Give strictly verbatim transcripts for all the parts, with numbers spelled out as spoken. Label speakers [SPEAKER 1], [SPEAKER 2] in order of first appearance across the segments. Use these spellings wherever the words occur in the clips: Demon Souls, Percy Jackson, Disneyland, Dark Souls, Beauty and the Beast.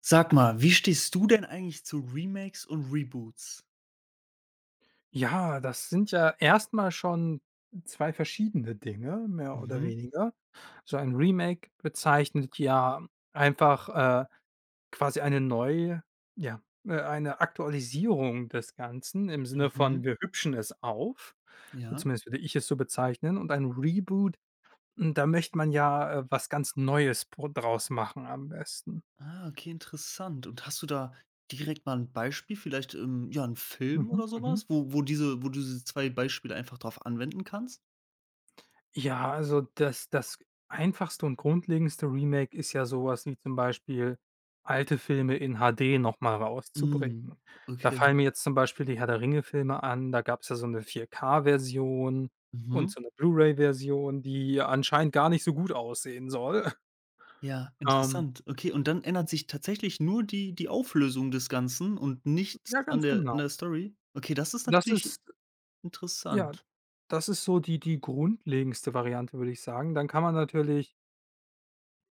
[SPEAKER 1] Sag mal, wie stehst du denn eigentlich zu Remakes und Reboots?
[SPEAKER 2] Ja, das sind ja erstmal schon zwei verschiedene Dinge, mehr oder
[SPEAKER 1] Mhm,
[SPEAKER 2] weniger. So ein Remake bezeichnet ja einfach, äh, quasi eine neue ja, äh, eine Aktualisierung des Ganzen im Sinne von
[SPEAKER 1] mhm.
[SPEAKER 2] wir hübschen es auf.
[SPEAKER 1] Ja.
[SPEAKER 2] Zumindest würde ich es so bezeichnen. Und ein Reboot, hm, da möchte man ja, äh, was ganz Neues pro draus machen am besten.
[SPEAKER 1] Ah, okay, interessant. Und hast du da direkt mal ein Beispiel, vielleicht, ähm, ja, ein Film
[SPEAKER 2] Mhm.
[SPEAKER 1] oder
[SPEAKER 2] Mhm.
[SPEAKER 1] sowas, wo wo diese wo du diese zwei Beispiele einfach drauf anwenden kannst?
[SPEAKER 2] Ja, also das das einfachste und grundlegendste Remake ist ja sowas wie zum Beispiel alte Filme in H D noch mal rauszubringen.
[SPEAKER 1] Mhm,
[SPEAKER 2] Da
[SPEAKER 1] okay.
[SPEAKER 2] fallen mir jetzt zum Beispiel die Herr-der-Ringe-Filme an, da gab's ja so eine vier k version und
[SPEAKER 1] Mhm.
[SPEAKER 2] so eine Blu-ray-Version, die anscheinend gar nicht so gut aussehen soll.
[SPEAKER 1] Ja,
[SPEAKER 2] Ähm,
[SPEAKER 1] interessant. Okay, und dann ändert sich tatsächlich nur die die Auflösung des Ganzen und nichts
[SPEAKER 2] ja,
[SPEAKER 1] an
[SPEAKER 2] ganz
[SPEAKER 1] der
[SPEAKER 2] genau.
[SPEAKER 1] an der Story? Okay, das ist
[SPEAKER 2] Das
[SPEAKER 1] natürlich
[SPEAKER 2] ist ja,
[SPEAKER 1] interessant.
[SPEAKER 2] das ist so die die grundlegendste Variante, würde ich sagen. Dann kann man natürlich,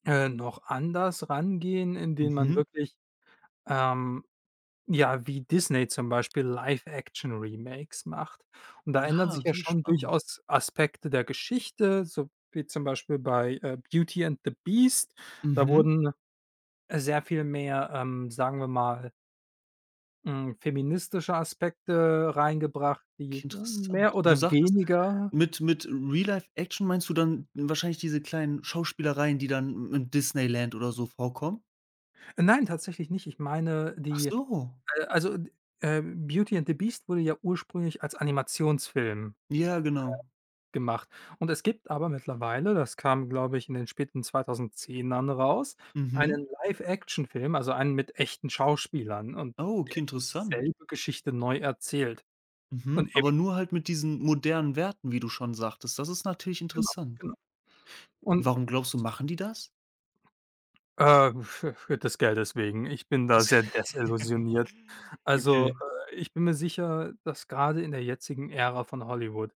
[SPEAKER 2] äh, noch anders rangehen, indem man
[SPEAKER 1] Mhm.
[SPEAKER 2] wirklich, ähm Ja, wie Disney zum Beispiel Live-Action-Remakes macht. Und da ändern
[SPEAKER 1] Ja,
[SPEAKER 2] sich ja
[SPEAKER 1] okay,
[SPEAKER 2] schon
[SPEAKER 1] spannend.
[SPEAKER 2] durchaus Aspekte der Geschichte, so wie zum Beispiel bei, äh, Beauty and the Beast. Da
[SPEAKER 1] Mhm.
[SPEAKER 2] wurden sehr viel mehr, ähm, sagen wir mal, hm, feministische Aspekte reingebracht, die äh,
[SPEAKER 1] Okay, interessant.
[SPEAKER 2] mehr
[SPEAKER 1] Du
[SPEAKER 2] oder
[SPEAKER 1] sagtest,
[SPEAKER 2] weniger
[SPEAKER 1] mit mit Real-Life-Action meinst du dann wahrscheinlich diese kleinen Schauspielereien, die dann in Disneyland oder so vorkommen?
[SPEAKER 2] äh, nein, tatsächlich nicht. Ich meine
[SPEAKER 1] Ach
[SPEAKER 2] die,
[SPEAKER 1] so.
[SPEAKER 2] äh also, äh, Beauty and the Beast wurde ja ursprünglich als Animationsfilm
[SPEAKER 1] Ja, genau.
[SPEAKER 2] gemacht. Und es gibt aber mittlerweile, das kam, glaube ich, in den späten zweitausendzehnern raus,
[SPEAKER 1] Mhm.
[SPEAKER 2] einen Live-Action-Film, also einen mit echten Schauspielern und
[SPEAKER 1] Oh,
[SPEAKER 2] der
[SPEAKER 1] okay,
[SPEAKER 2] eben
[SPEAKER 1] interessant.
[SPEAKER 2] dieselbe Geschichte neu erzählt. Und
[SPEAKER 1] Mhm.
[SPEAKER 2] eben
[SPEAKER 1] Aber nur halt mit diesen modernen Werten, wie du schon sagtest. Das ist natürlich
[SPEAKER 2] genau,
[SPEAKER 1] interessant.
[SPEAKER 2] genau. Und,
[SPEAKER 1] Warum glaubst du, machen die das?
[SPEAKER 2] äh, für für des Geldes wegen. Ich bin da
[SPEAKER 1] Das.
[SPEAKER 2] sehr desillusioniert. Also,
[SPEAKER 1] Okay.
[SPEAKER 2] äh, ich bin mir sicher, dass gerade in der jetzigen Ära von Hollywood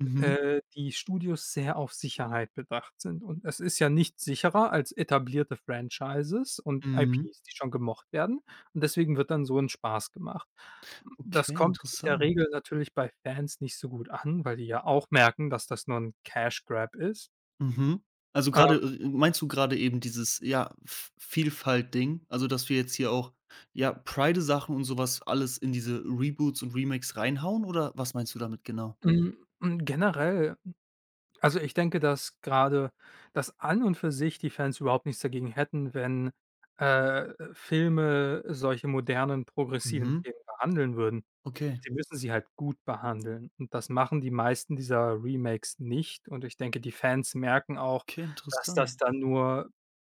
[SPEAKER 1] Mhm.
[SPEAKER 2] äh, die Studios sehr auf Sicherheit bedacht sind. Und es ist ja nicht sicherer als etablierte Franchises und
[SPEAKER 1] Mhm.
[SPEAKER 2] I Ps, die schon gemocht werden. Und deswegen wird dann so ein Spaß gemacht. Hm, das
[SPEAKER 1] Okay,
[SPEAKER 2] kommt in der
[SPEAKER 1] interessant.
[SPEAKER 2] Regel natürlich bei Fans nicht so gut an, weil die ja auch merken, dass das nur ein Cash Grab ist.
[SPEAKER 1] Mhm. Also
[SPEAKER 2] Ähm,
[SPEAKER 1] gerade äh, meinst du gerade eben dieses, ja, V Vielfalt-Ding? Also, dass wir jetzt hier auch, ja, Pride-Sachen und sowas alles in diese Reboots und Remakes reinhauen oder was meinst du damit genau?
[SPEAKER 2] hm, hm, generell also, ich denke, dass gerade das an und für sich die Fans überhaupt nichts dagegen hätten, wenn, äh, Filme solche modernen, progressiven
[SPEAKER 1] Mhm.
[SPEAKER 2] Themen behandeln würden.
[SPEAKER 1] Okay.
[SPEAKER 2] Sie müssen sie halt gut behandeln und das machen die meisten dieser Remakes nicht und ich denke, die Fans merken auch,
[SPEAKER 1] Okay,
[SPEAKER 2] dass das
[SPEAKER 1] interessant.
[SPEAKER 2] dann nur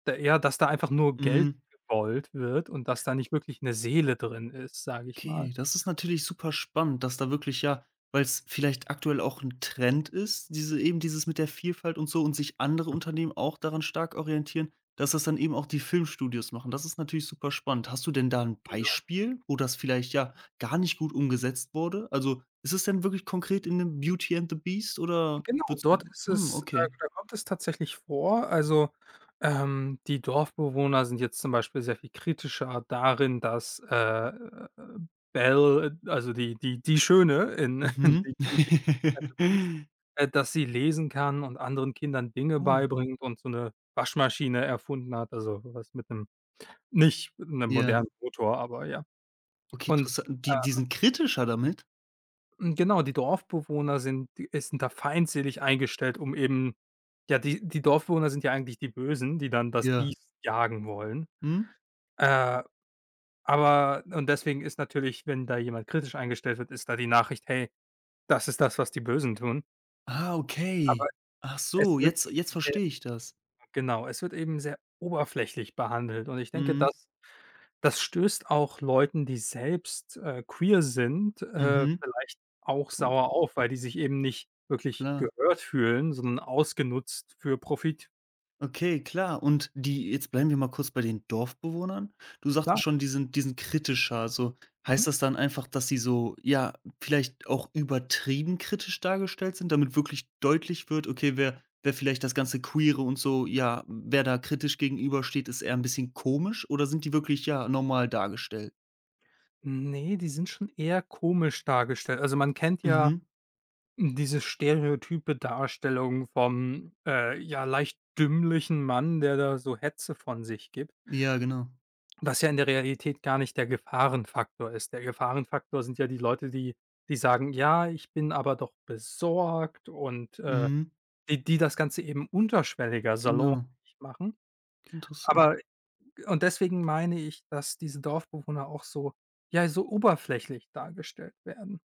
[SPEAKER 2] da ja, dass da einfach nur Geld
[SPEAKER 1] Mhm.
[SPEAKER 2] gewollt wird und dass da nicht wirklich eine Seele drin ist, sage ich mal.
[SPEAKER 1] Okay, das ist natürlich super spannend, dass da wirklich ja, weil es vielleicht aktuell auch ein Trend ist, diese eben dieses mit der Vielfalt und so und sich andere Unternehmen auch daran stark orientieren, dass das dann eben auch die Filmstudios machen. Das ist natürlich super spannend. Hast du denn da ein Beispiel, wo das vielleicht, ja, gar nicht gut umgesetzt wurde? Also, ist es denn wirklich konkret in dem „Beauty and the Beast“ oder
[SPEAKER 2] Genau,
[SPEAKER 1] wird's?
[SPEAKER 2] dort ist
[SPEAKER 1] Hm,
[SPEAKER 2] es da
[SPEAKER 1] okay.
[SPEAKER 2] da kommt es tatsächlich vor. Also, ähm, die Dorfbewohner sind jetzt zum Beispiel sehr viel kritischer darin, dass, äh, Belle, äh, also die die die Schöne in in
[SPEAKER 1] Mhm.
[SPEAKER 2] die Beauty and the Beast, äh, dass sie lesen kann und anderen Kindern Dinge
[SPEAKER 1] Oh,
[SPEAKER 2] beibringt und so eine Waschmaschine erfunden hat, also was mit einem nicht mit 'nem
[SPEAKER 1] ja.
[SPEAKER 2] modernen Motor, aber ja.
[SPEAKER 1] Okay,
[SPEAKER 2] Und,
[SPEAKER 1] interessant.
[SPEAKER 2] äh
[SPEAKER 1] Die die sind kritischer damit?
[SPEAKER 2] hm, genau, die Dorfbewohner sind die äh, sind da feindselig eingestellt, um eben ja, die die Dorfbewohner sind ja eigentlich die Bösen, die dann das
[SPEAKER 1] Ja.
[SPEAKER 2] Biest jagen wollen.
[SPEAKER 1] Mhm.
[SPEAKER 2] Äh, aber und deswegen ist natürlich, wenn da jemand kritisch eingestellt wird, ist da die Nachricht: „Hey, das ist das, was die Bösen tun."
[SPEAKER 1] Ah,
[SPEAKER 2] Aber
[SPEAKER 1] okay. Ach
[SPEAKER 2] es
[SPEAKER 1] so,
[SPEAKER 2] wird
[SPEAKER 1] jetzt jetzt
[SPEAKER 2] eben sehr
[SPEAKER 1] verstehe ich das.
[SPEAKER 2] genau, es wird eben sehr oberflächlich behandelt und ich denke,
[SPEAKER 1] Mhm,
[SPEAKER 2] das Das stößt auch Leuten, die selbst, äh, queer sind, äh,
[SPEAKER 1] mhm.
[SPEAKER 2] vielleicht auch
[SPEAKER 1] Hm,
[SPEAKER 2] sauer auf, weil die sich eben nicht wirklich
[SPEAKER 1] klar.
[SPEAKER 2] gehört fühlen, sondern ausgenutzt für Profit.
[SPEAKER 1] Okay, klar. Und die jetzt bleiben wir mal kurz bei den Dorfbewohnern. Du
[SPEAKER 2] Klar.
[SPEAKER 1] sagtest schon, die sind die sind kritischer. Also
[SPEAKER 2] Mhm.
[SPEAKER 1] heißt das dann einfach, dass sie so, ja, vielleicht auch übertrieben kritisch dargestellt sind, damit wirklich deutlich wird, okay, wer wer vielleicht das ganze Queere und so, ja, wer da kritisch gegenübersteht, ist eher ein bisschen komisch oder sind die wirklich, ja, normal dargestellt?
[SPEAKER 2] Ne, die sind schon eher komisch dargestellt. Also, man kennt ja
[SPEAKER 1] Mhm.
[SPEAKER 2] diese stereotype Darstellung vom, äh, ja, leicht dümmlichen Mann, der da so Hetze von sich gibt.
[SPEAKER 1] Ja, genau.
[SPEAKER 2] Was ja in der Realität gar nicht der Gefahrenfaktor ist. Der Gefahrenfaktor sind ja die Leute, die die sagen: „Ja, ich bin aber doch besorgt" und, äh,
[SPEAKER 1] Mhm.
[SPEAKER 2] die die das Ganze eben unterschwelliger,
[SPEAKER 1] Genau.
[SPEAKER 2] salonfähig machen.
[SPEAKER 1] Okay, interessant.
[SPEAKER 2] Aber und deswegen meine ich, dass diese Dorfbewohner auch so ja, so oberflächlich dargestellt werden.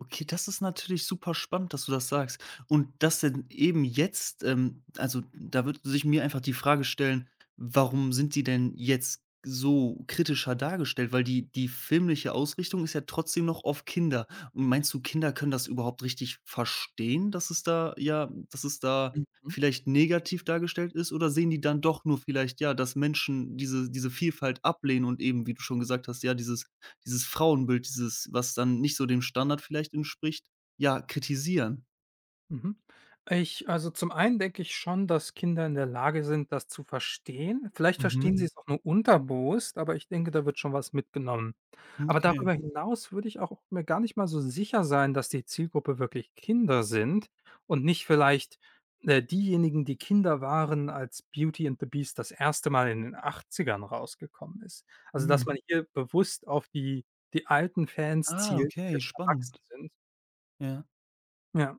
[SPEAKER 1] Okay, das ist natürlich super spannend, dass du das sagst. Und das denn eben jetzt, ähm, also da würde sich mir einfach die Frage stellen, warum sind die denn jetzt so kritischer dargestellt? Weil die, die filmliche Ausrichtung ist ja trotzdem noch auf Kinder. Und meinst du, Kinder können das überhaupt richtig verstehen, dass es da, ja, dass es da
[SPEAKER 2] Mhm.
[SPEAKER 1] vielleicht negativ dargestellt ist? Oder sehen die dann doch nur vielleicht, ja, dass Menschen diese, diese Vielfalt ablehnen und eben, wie du schon gesagt hast, ja, dieses dieses Frauenbild, dieses, was dann nicht so dem Standard vielleicht entspricht, ja, kritisieren.
[SPEAKER 2] Mhm. Ich also, zum einen denke ich schon, dass Kinder in der Lage sind, das zu verstehen. Vielleicht
[SPEAKER 1] Mhm.
[SPEAKER 2] verstehen sie, mhm, es auch nur unterbewusst, aber ich denke, da wird schon was mitgenommen. Aber
[SPEAKER 1] Okay.
[SPEAKER 2] darüber hinaus würde ich auch mir gar nicht mal so sicher sein, dass die Zielgruppe wirklich Kinder sind und nicht vielleicht, äh, diejenigen, die Kinder waren, als „Beauty and the Beast" das erste Mal in den Achtzigern rausgekommen ist. Also, dass
[SPEAKER 1] Mhm.
[SPEAKER 2] man hier bewusst auf die die alten Fans
[SPEAKER 1] Ah,
[SPEAKER 2] zielt, die
[SPEAKER 1] okay,
[SPEAKER 2] jetzt erwachsen
[SPEAKER 1] spannend.
[SPEAKER 2] sind.
[SPEAKER 1] Ja.
[SPEAKER 2] Ja,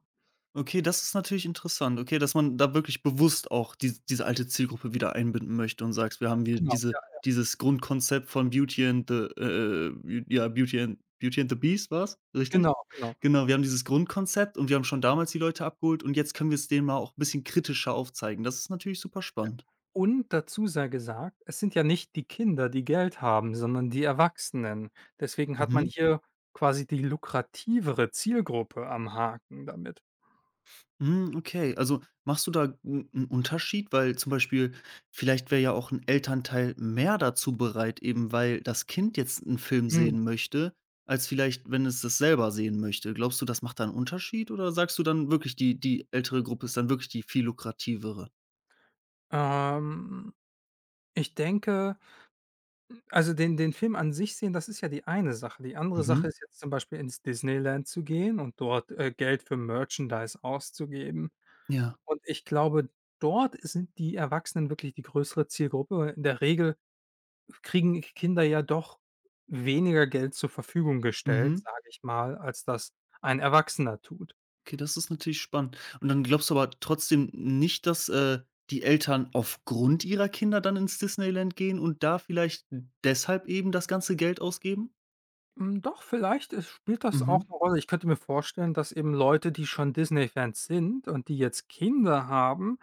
[SPEAKER 1] Okay, das ist natürlich interessant. Okay, dass man da wirklich bewusst auch dies diese alte Zielgruppe wieder einbinden möchte und sagst: „Wir haben
[SPEAKER 2] ganz
[SPEAKER 1] hier
[SPEAKER 2] genau.
[SPEAKER 1] diese
[SPEAKER 2] Ja,
[SPEAKER 1] dieses Grundkonzept von Beauty and the äh, äh, Beau ja, Beauty and Beauty and the Beast“ war's, richtig?
[SPEAKER 2] genau, genau.
[SPEAKER 1] Genau, wir haben dieses Grundkonzept und wir haben schon damals die Leute abgeholt und jetzt können wir es denen mal auch ein bisschen kritischer aufzeigen. Das ist natürlich super
[SPEAKER 2] Ja.
[SPEAKER 1] spannend.
[SPEAKER 2] Und dazu sei gesagt, es sind ja nicht die Kinder, die Geld haben, sondern die Erwachsenen. Deswegen hat man
[SPEAKER 1] Mhm.
[SPEAKER 2] hier quasi die lukrativere Zielgruppe am Haken damit.
[SPEAKER 1] Hm, okay. Also, machst du da einen Unterschied? Weil zum Beispiel vielleicht wäre ja auch ein Elternteil mehr dazu bereit, eben weil das Kind jetzt einen Film
[SPEAKER 2] Mhm.
[SPEAKER 1] sehen möchte, als vielleicht, wenn es das selber sehen möchte. Glaubst du, das macht da 'n Unterschied oder sagst du dann wirklich, die die ältere Gruppe ist dann wirklich die viel lukrativere?
[SPEAKER 2] Ähm, Ich denke also den den Film an sich sehen, das ist ja die eine Sache. Die andere Sache
[SPEAKER 1] Mhm,
[SPEAKER 2] ist jetzt zum Beispiel ins Disneyland zu gehen und dort, äh, Geld für Merchandise auszugeben.
[SPEAKER 1] ja.
[SPEAKER 2] Und ich glaube, dort sind die Erwachsenen wirklich die größere Zielgruppe. In der Regel kriegen Kinder ja doch weniger Geld zur Verfügung gestellt,
[SPEAKER 1] Mhm.
[SPEAKER 2] sage ich mal, als das ein Erwachsener tut.
[SPEAKER 1] Okay, das ist natürlich spannend. Und dann glaubst du aber trotzdem nicht, dass, äh, die Eltern aufgrund ihrer Kinder dann ins Disneyland gehen und da vielleicht deshalb eben das ganze Geld ausgeben?
[SPEAKER 2] Hm, doch, vielleicht ist spielt das auch
[SPEAKER 1] Mhm.
[SPEAKER 2] eine Rolle. Ich könnte mir vorstellen, dass eben Leute, die schon Disney-Fans sind und die jetzt Kinder haben,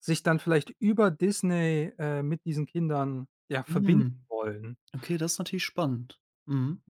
[SPEAKER 2] sich dann vielleicht über Disney, äh, mit diesen Kindern, ja, verbinden
[SPEAKER 1] Hm.
[SPEAKER 2] wollen.
[SPEAKER 1] Okay, das ist natürlich spannend. Mhm.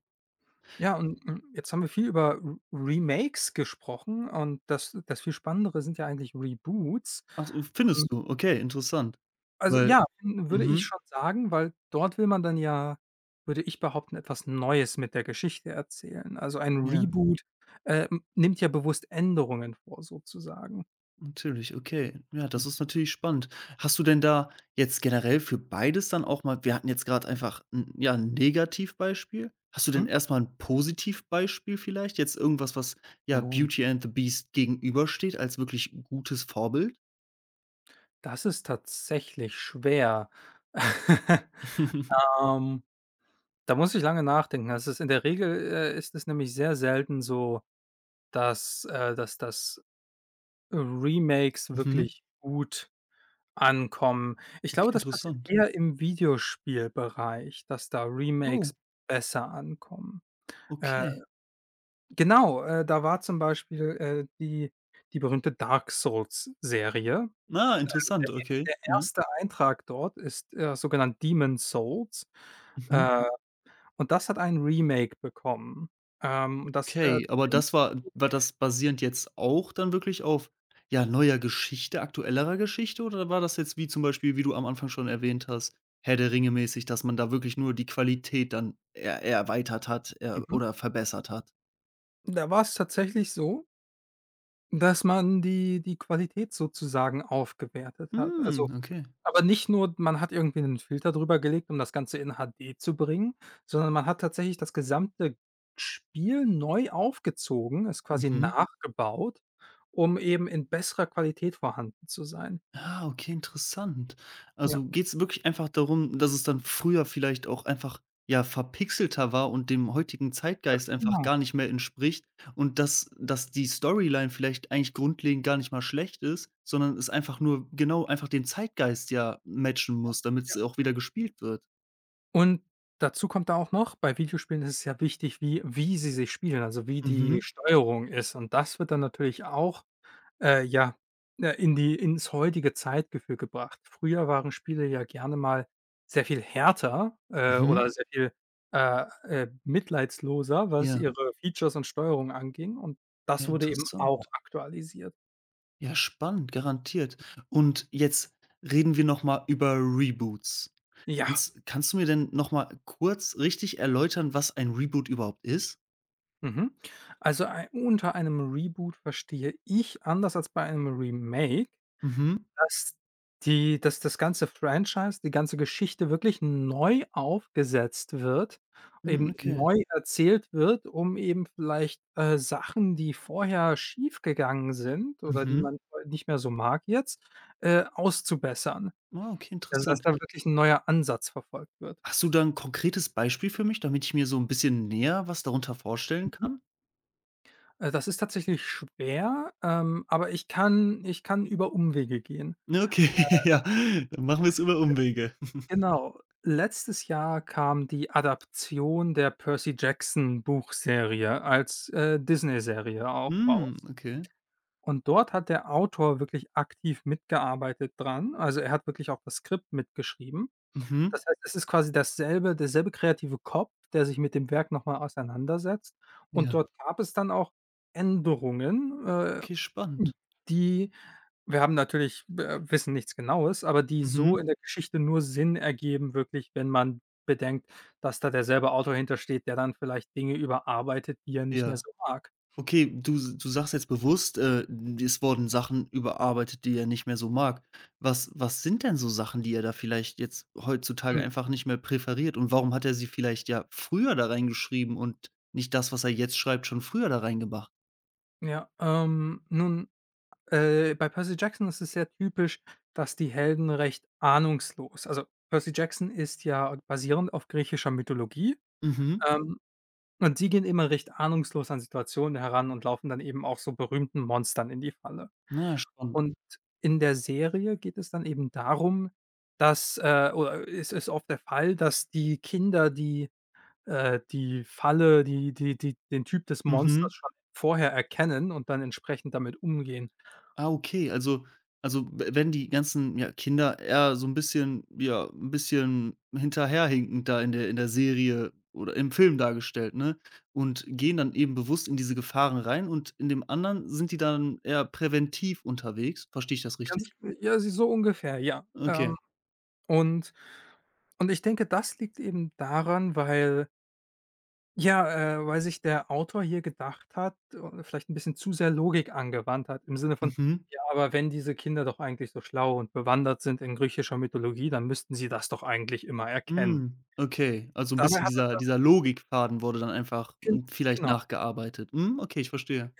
[SPEAKER 2] Ja, und, hm, jetzt haben wir viel über Re Remakes gesprochen und das das viel Spannendere sind ja eigentlich Reboots.
[SPEAKER 1] Ach, so,
[SPEAKER 2] Hm
[SPEAKER 1] findest du? Okay, interessant.
[SPEAKER 2] Also
[SPEAKER 1] Weil,
[SPEAKER 2] ja, hm, würde ich
[SPEAKER 1] mhm.
[SPEAKER 2] schon sagen, weil dort will man dann ja, würde ich behaupten, etwas Neues mit der Geschichte erzählen. Also ein
[SPEAKER 1] Ja,
[SPEAKER 2] Reboot, ähm, nimmt ja bewusst Änderungen vor sozusagen.
[SPEAKER 1] natürlich, okay. Ja, das ist natürlich spannend. Hast du denn da jetzt generell für beides dann auch mal, wir hatten jetzt gerade einfach 'n, ja, ein Negativbeispiel. Hast du
[SPEAKER 2] Mhm.
[SPEAKER 1] denn erstmal ein Positivbeispiel vielleicht? Jetzt irgendwas, was, ja,
[SPEAKER 2] Oh.
[SPEAKER 1] „Beauty and the Beast“ gegenübersteht als wirklich gutes Vorbild?
[SPEAKER 2] Das ist tatsächlich schwer. Ähm, Da muss ich lange nachdenken. Das ist in der Regel, äh, ist es nämlich sehr selten so, dass, äh dass das Remakes
[SPEAKER 1] Mhm.
[SPEAKER 2] wirklich gut ankommen. Ich
[SPEAKER 1] Okay,
[SPEAKER 2] glaube, das passiert
[SPEAKER 1] interessant.
[SPEAKER 2] eher im Videospielbereich, dass da Remakes
[SPEAKER 1] Oh,
[SPEAKER 2] besser ankommen. Äh,
[SPEAKER 1] okay.
[SPEAKER 2] genau, äh, da war zum Beispiel, äh, die die berühmte Dark Souls-Serie.
[SPEAKER 1] Na, ah,
[SPEAKER 2] Der
[SPEAKER 1] interessant,
[SPEAKER 2] e
[SPEAKER 1] okay,
[SPEAKER 2] der
[SPEAKER 1] ja.
[SPEAKER 2] erste Eintrag dort ist, äh, sogenannt Demon Souls,
[SPEAKER 1] Mhm.
[SPEAKER 2] äh, und das hat ein Remake bekommen. Ähm, und das, äh,
[SPEAKER 1] Okay, aber
[SPEAKER 2] ziemlich
[SPEAKER 1] das war war
[SPEAKER 2] positiv.
[SPEAKER 1] das basierend jetzt auch dann wirklich auf, ja, neuer Geschichte, aktuellerer Geschichte oder war das jetzt wie zum Beispiel, wie du am Anfang schon erwähnt hast, Herr der Ringe mäßig, dass man da wirklich nur die Qualität dann er erweitert hat, er
[SPEAKER 2] Mhm.
[SPEAKER 1] oder verbessert hat?
[SPEAKER 2] Da war's tatsächlich so, dass man die die Qualität sozusagen aufgewertet hat. Also
[SPEAKER 1] Hm, okay.
[SPEAKER 2] Aber nicht nur, man hat irgendwie 'nen Filter drüber gelegt, um das Ganze in H D zu bringen, sondern man hat tatsächlich das gesamte Spiel neu aufgezogen, es quasi, mhm,
[SPEAKER 1] Mhm.
[SPEAKER 2] nachgebaut, um eben in besserer Qualität vorhanden zu sein.
[SPEAKER 1] Ah, okay, interessant.
[SPEAKER 2] Ja,
[SPEAKER 1] Also geht es wirklich einfach darum, dass es dann früher vielleicht auch einfach, ja, verpixelter war und dem heutigen Zeitgeist einfach
[SPEAKER 2] genau.
[SPEAKER 1] gar nicht mehr entspricht und dass dass die Storyline vielleicht eigentlich grundlegend gar nicht mal schlecht ist, sondern es einfach nur genau einfach den Zeitgeist ja matchen muss, damit
[SPEAKER 2] Ja.
[SPEAKER 1] damit's auch wieder gespielt wird.
[SPEAKER 2] Und dazu kommt da auch noch, bei Videospielen ist es ja wichtig, wie wie sie sich spielen, also wie die
[SPEAKER 1] Mhm,
[SPEAKER 2] Steuerung ist. Und das wird dann natürlich auch Äh, ja, äh, in die ins heutige Zeitgefühl gebracht. Früher waren Spiele ja gerne mal sehr viel härter, äh, oder,
[SPEAKER 1] mhm.
[SPEAKER 2] mhm, sehr viel, äh, äh, mitleidsloser, was
[SPEAKER 1] Ja,
[SPEAKER 2] ihre Features und Steuerung anging und
[SPEAKER 1] ja,
[SPEAKER 2] das wurde eben
[SPEAKER 1] interessant.
[SPEAKER 2] auch aktualisiert.
[SPEAKER 1] Ja, spannend, garantiert. Und jetzt reden wir noch mal über Reboots.
[SPEAKER 2] Ja.
[SPEAKER 1] Kannst kannst du mir denn noch mal kurz richtig erläutern, was ein Reboot überhaupt ist?
[SPEAKER 2] Mhm. Also, ei unter einem Reboot verstehe ich, anders als bei einem Remake,
[SPEAKER 1] Mhm.
[SPEAKER 2] Dass die dass das ganze Franchise, die ganze Geschichte wirklich neu aufgesetzt wird,
[SPEAKER 1] Hm,
[SPEAKER 2] eben
[SPEAKER 1] okay.
[SPEAKER 2] neu erzählt wird, um eben vielleicht, äh, Sachen, die vorher schiefgegangen sind oder die
[SPEAKER 1] Mhm.
[SPEAKER 2] man nicht mehr so mag jetzt, äh, auszubessern.
[SPEAKER 1] Ah, okay,
[SPEAKER 2] Also,
[SPEAKER 1] interessant.
[SPEAKER 2] dass da wirklich ein neuer Ansatz verfolgt wird.
[SPEAKER 1] Hast du da 'n konkretes Beispiel für mich, damit ich mir so ein bisschen näher was darunter vorstellen
[SPEAKER 2] Mhm.
[SPEAKER 1] kann?
[SPEAKER 2] Äh, das ist tatsächlich schwer, ähm, aber ich kann ich kann über Umwege gehen.
[SPEAKER 1] Ne, okay, ja, dann machen wir es über Umwege.
[SPEAKER 2] Genau. Letztes Jahr kam die Adaption der Percy-Jackson-Buchserie als, äh, Disney-Serie auch
[SPEAKER 1] Hm,
[SPEAKER 2] raus.
[SPEAKER 1] okay.
[SPEAKER 2] Und dort hat der Autor wirklich aktiv mitgearbeitet dran. Also, er hat wirklich auch das Skript mitgeschrieben.
[SPEAKER 1] Mhm.
[SPEAKER 2] Das heißt, es ist quasi dasselbe derselbe kreative Kopf, der sich mit dem Werk noch mal auseinandersetzt. Und
[SPEAKER 1] Ja,
[SPEAKER 2] dort gab es dann auch Änderungen, äh,
[SPEAKER 1] okay, spannend.
[SPEAKER 2] die wir haben natürlich äh, wissen nichts Genaues, aber die so
[SPEAKER 1] Mhm,
[SPEAKER 2] in der Geschichte nur Sinn ergeben wirklich, wenn man bedenkt, dass da derselbe Autor hintersteht, der dann vielleicht Dinge überarbeitet, die er nicht mehr
[SPEAKER 1] ja.
[SPEAKER 2] so mag.
[SPEAKER 1] Okay, du s du sagst jetzt bewusst, äh, es wurden Sachen überarbeitet, die er nicht mehr so mag. Was was sind denn so Sachen, die er da vielleicht jetzt heutzutage
[SPEAKER 2] Mhm.
[SPEAKER 1] einfach nicht mehr präferiert und warum hat er sie vielleicht ja früher da reingeschrieben und nicht das, was er jetzt schreibt, schon früher da reingemacht?
[SPEAKER 2] Ja, ähm, nun Äh, bei Percy Jackson ist es sehr typisch, dass die Helden recht ahnungslos also, Percy Jackson ist ja basierend auf griechischer Mythologie,
[SPEAKER 1] Mhm.
[SPEAKER 2] ähm, und die gehen immer recht ahnungslos an Situationen heran und laufen dann eben auch so berühmten Monstern in die Falle.
[SPEAKER 1] Na, spannend.
[SPEAKER 2] Und in der Serie geht es dann eben darum, dass, äh oder es ist oft der Fall, dass die Kinder, die, äh, die Falle, die die die den Typ des
[SPEAKER 1] Mhm.
[SPEAKER 2] Monsters schon vorher erkennen und dann entsprechend damit umgehen.
[SPEAKER 1] Ah, okay, also also, w wenn die ganzen, ja, Kinder eher so ein bisschen, ja, ein bisschen hinterherhinkend da in der in der Serie oder im Film dargestellt, ne? Und gehen dann eben bewusst in diese Gefahren rein und in dem anderen sind die dann eher präventiv unterwegs. Verstehe ich das
[SPEAKER 2] Ganz
[SPEAKER 1] richtig?
[SPEAKER 2] Ja, sie so ungefähr, ja. Ähm,
[SPEAKER 1] Okay.
[SPEAKER 2] und und ich denke, das liegt eben daran, weil ja, äh, weil sich der Autor hier gedacht hat und vielleicht 'n bisschen zu sehr Logik angewandt hat im Sinne von:
[SPEAKER 1] Mhm.
[SPEAKER 2] „Ja, aber wenn diese Kinder doch eigentlich so schlau und bewandert sind in griechischer Mythologie, dann müssten sie das doch eigentlich immer erkennen."
[SPEAKER 1] Hm, okay. Also ein
[SPEAKER 2] Dabei
[SPEAKER 1] bisschen
[SPEAKER 2] hat er
[SPEAKER 1] dieser
[SPEAKER 2] dann
[SPEAKER 1] dieser Logikfaden wurde dann einfach,
[SPEAKER 2] gen
[SPEAKER 1] hm, vielleicht
[SPEAKER 2] genau.
[SPEAKER 1] nachgearbeitet. Hm, okay, ich verstehe.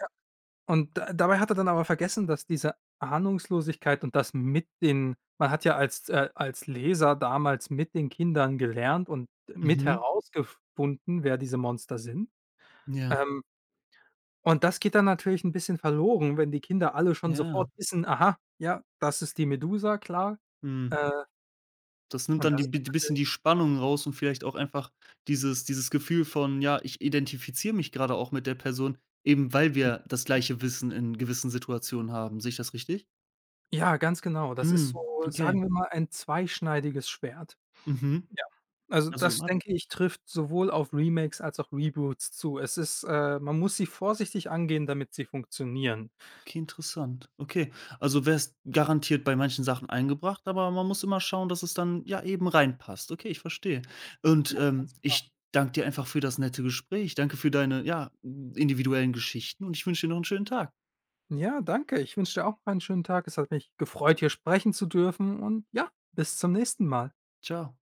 [SPEAKER 2] Und da dabei hat er dann aber vergessen, dass diese Ahnungslosigkeit und das mit den man hat ja als äh, als Leser damals mit den Kindern gelernt und mit
[SPEAKER 1] Mhm.
[SPEAKER 2] herausgefunden, wer diese Monster sind.
[SPEAKER 1] Ja.
[SPEAKER 2] Ähm, und das geht dann natürlich ein bisschen verloren, wenn die Kinder alle schon sofort
[SPEAKER 1] Ja.
[SPEAKER 2] wissen: „Aha, ja, das ist die Medusa, klar."
[SPEAKER 1] Mhm.
[SPEAKER 2] Äh,
[SPEAKER 1] Das nimmt
[SPEAKER 2] und
[SPEAKER 1] dann
[SPEAKER 2] das
[SPEAKER 1] die
[SPEAKER 2] ist
[SPEAKER 1] bi
[SPEAKER 2] dann
[SPEAKER 1] bisschen
[SPEAKER 2] natürlich
[SPEAKER 1] die Spannung raus und vielleicht auch einfach dieses dieses Gefühl von: „Ja, ich identifiziere mich gerade auch mit der Person“, eben weil wir das gleiche Wissen in gewissen Situationen haben. Sehe ich das richtig?
[SPEAKER 2] ja, ganz genau. Das ist
[SPEAKER 1] Hm,
[SPEAKER 2] so,
[SPEAKER 1] okay.
[SPEAKER 2] sagen wir mal, ein zweischneidiges Schwert.
[SPEAKER 1] Mhm.
[SPEAKER 2] Ja. Also,
[SPEAKER 1] Also,
[SPEAKER 2] das
[SPEAKER 1] ah,
[SPEAKER 2] denke ich, trifft sowohl auf Remakes als auch Reboots zu. Es ist äh, Man muss sie vorsichtig angehen, damit sie funktionieren.
[SPEAKER 1] okay, interessant. Okay, also wärst garantiert bei manchen Sachen eingebracht, aber man muss immer schauen, dass es dann, ja, eben reinpasst. Okay, ich verstehe.
[SPEAKER 2] Ja,
[SPEAKER 1] Und, ähm,
[SPEAKER 2] ganz genau.
[SPEAKER 1] ich danke dir einfach für das nette Gespräch. Danke für deine, ja, individuellen Geschichten und ich wünsche dir noch einen schönen Tag.
[SPEAKER 2] Ja, danke. Ich wünsche dir auch einen schönen Tag. Es hat mich gefreut, hier sprechen zu dürfen und ja, bis zum nächsten Mal.
[SPEAKER 1] Ciao.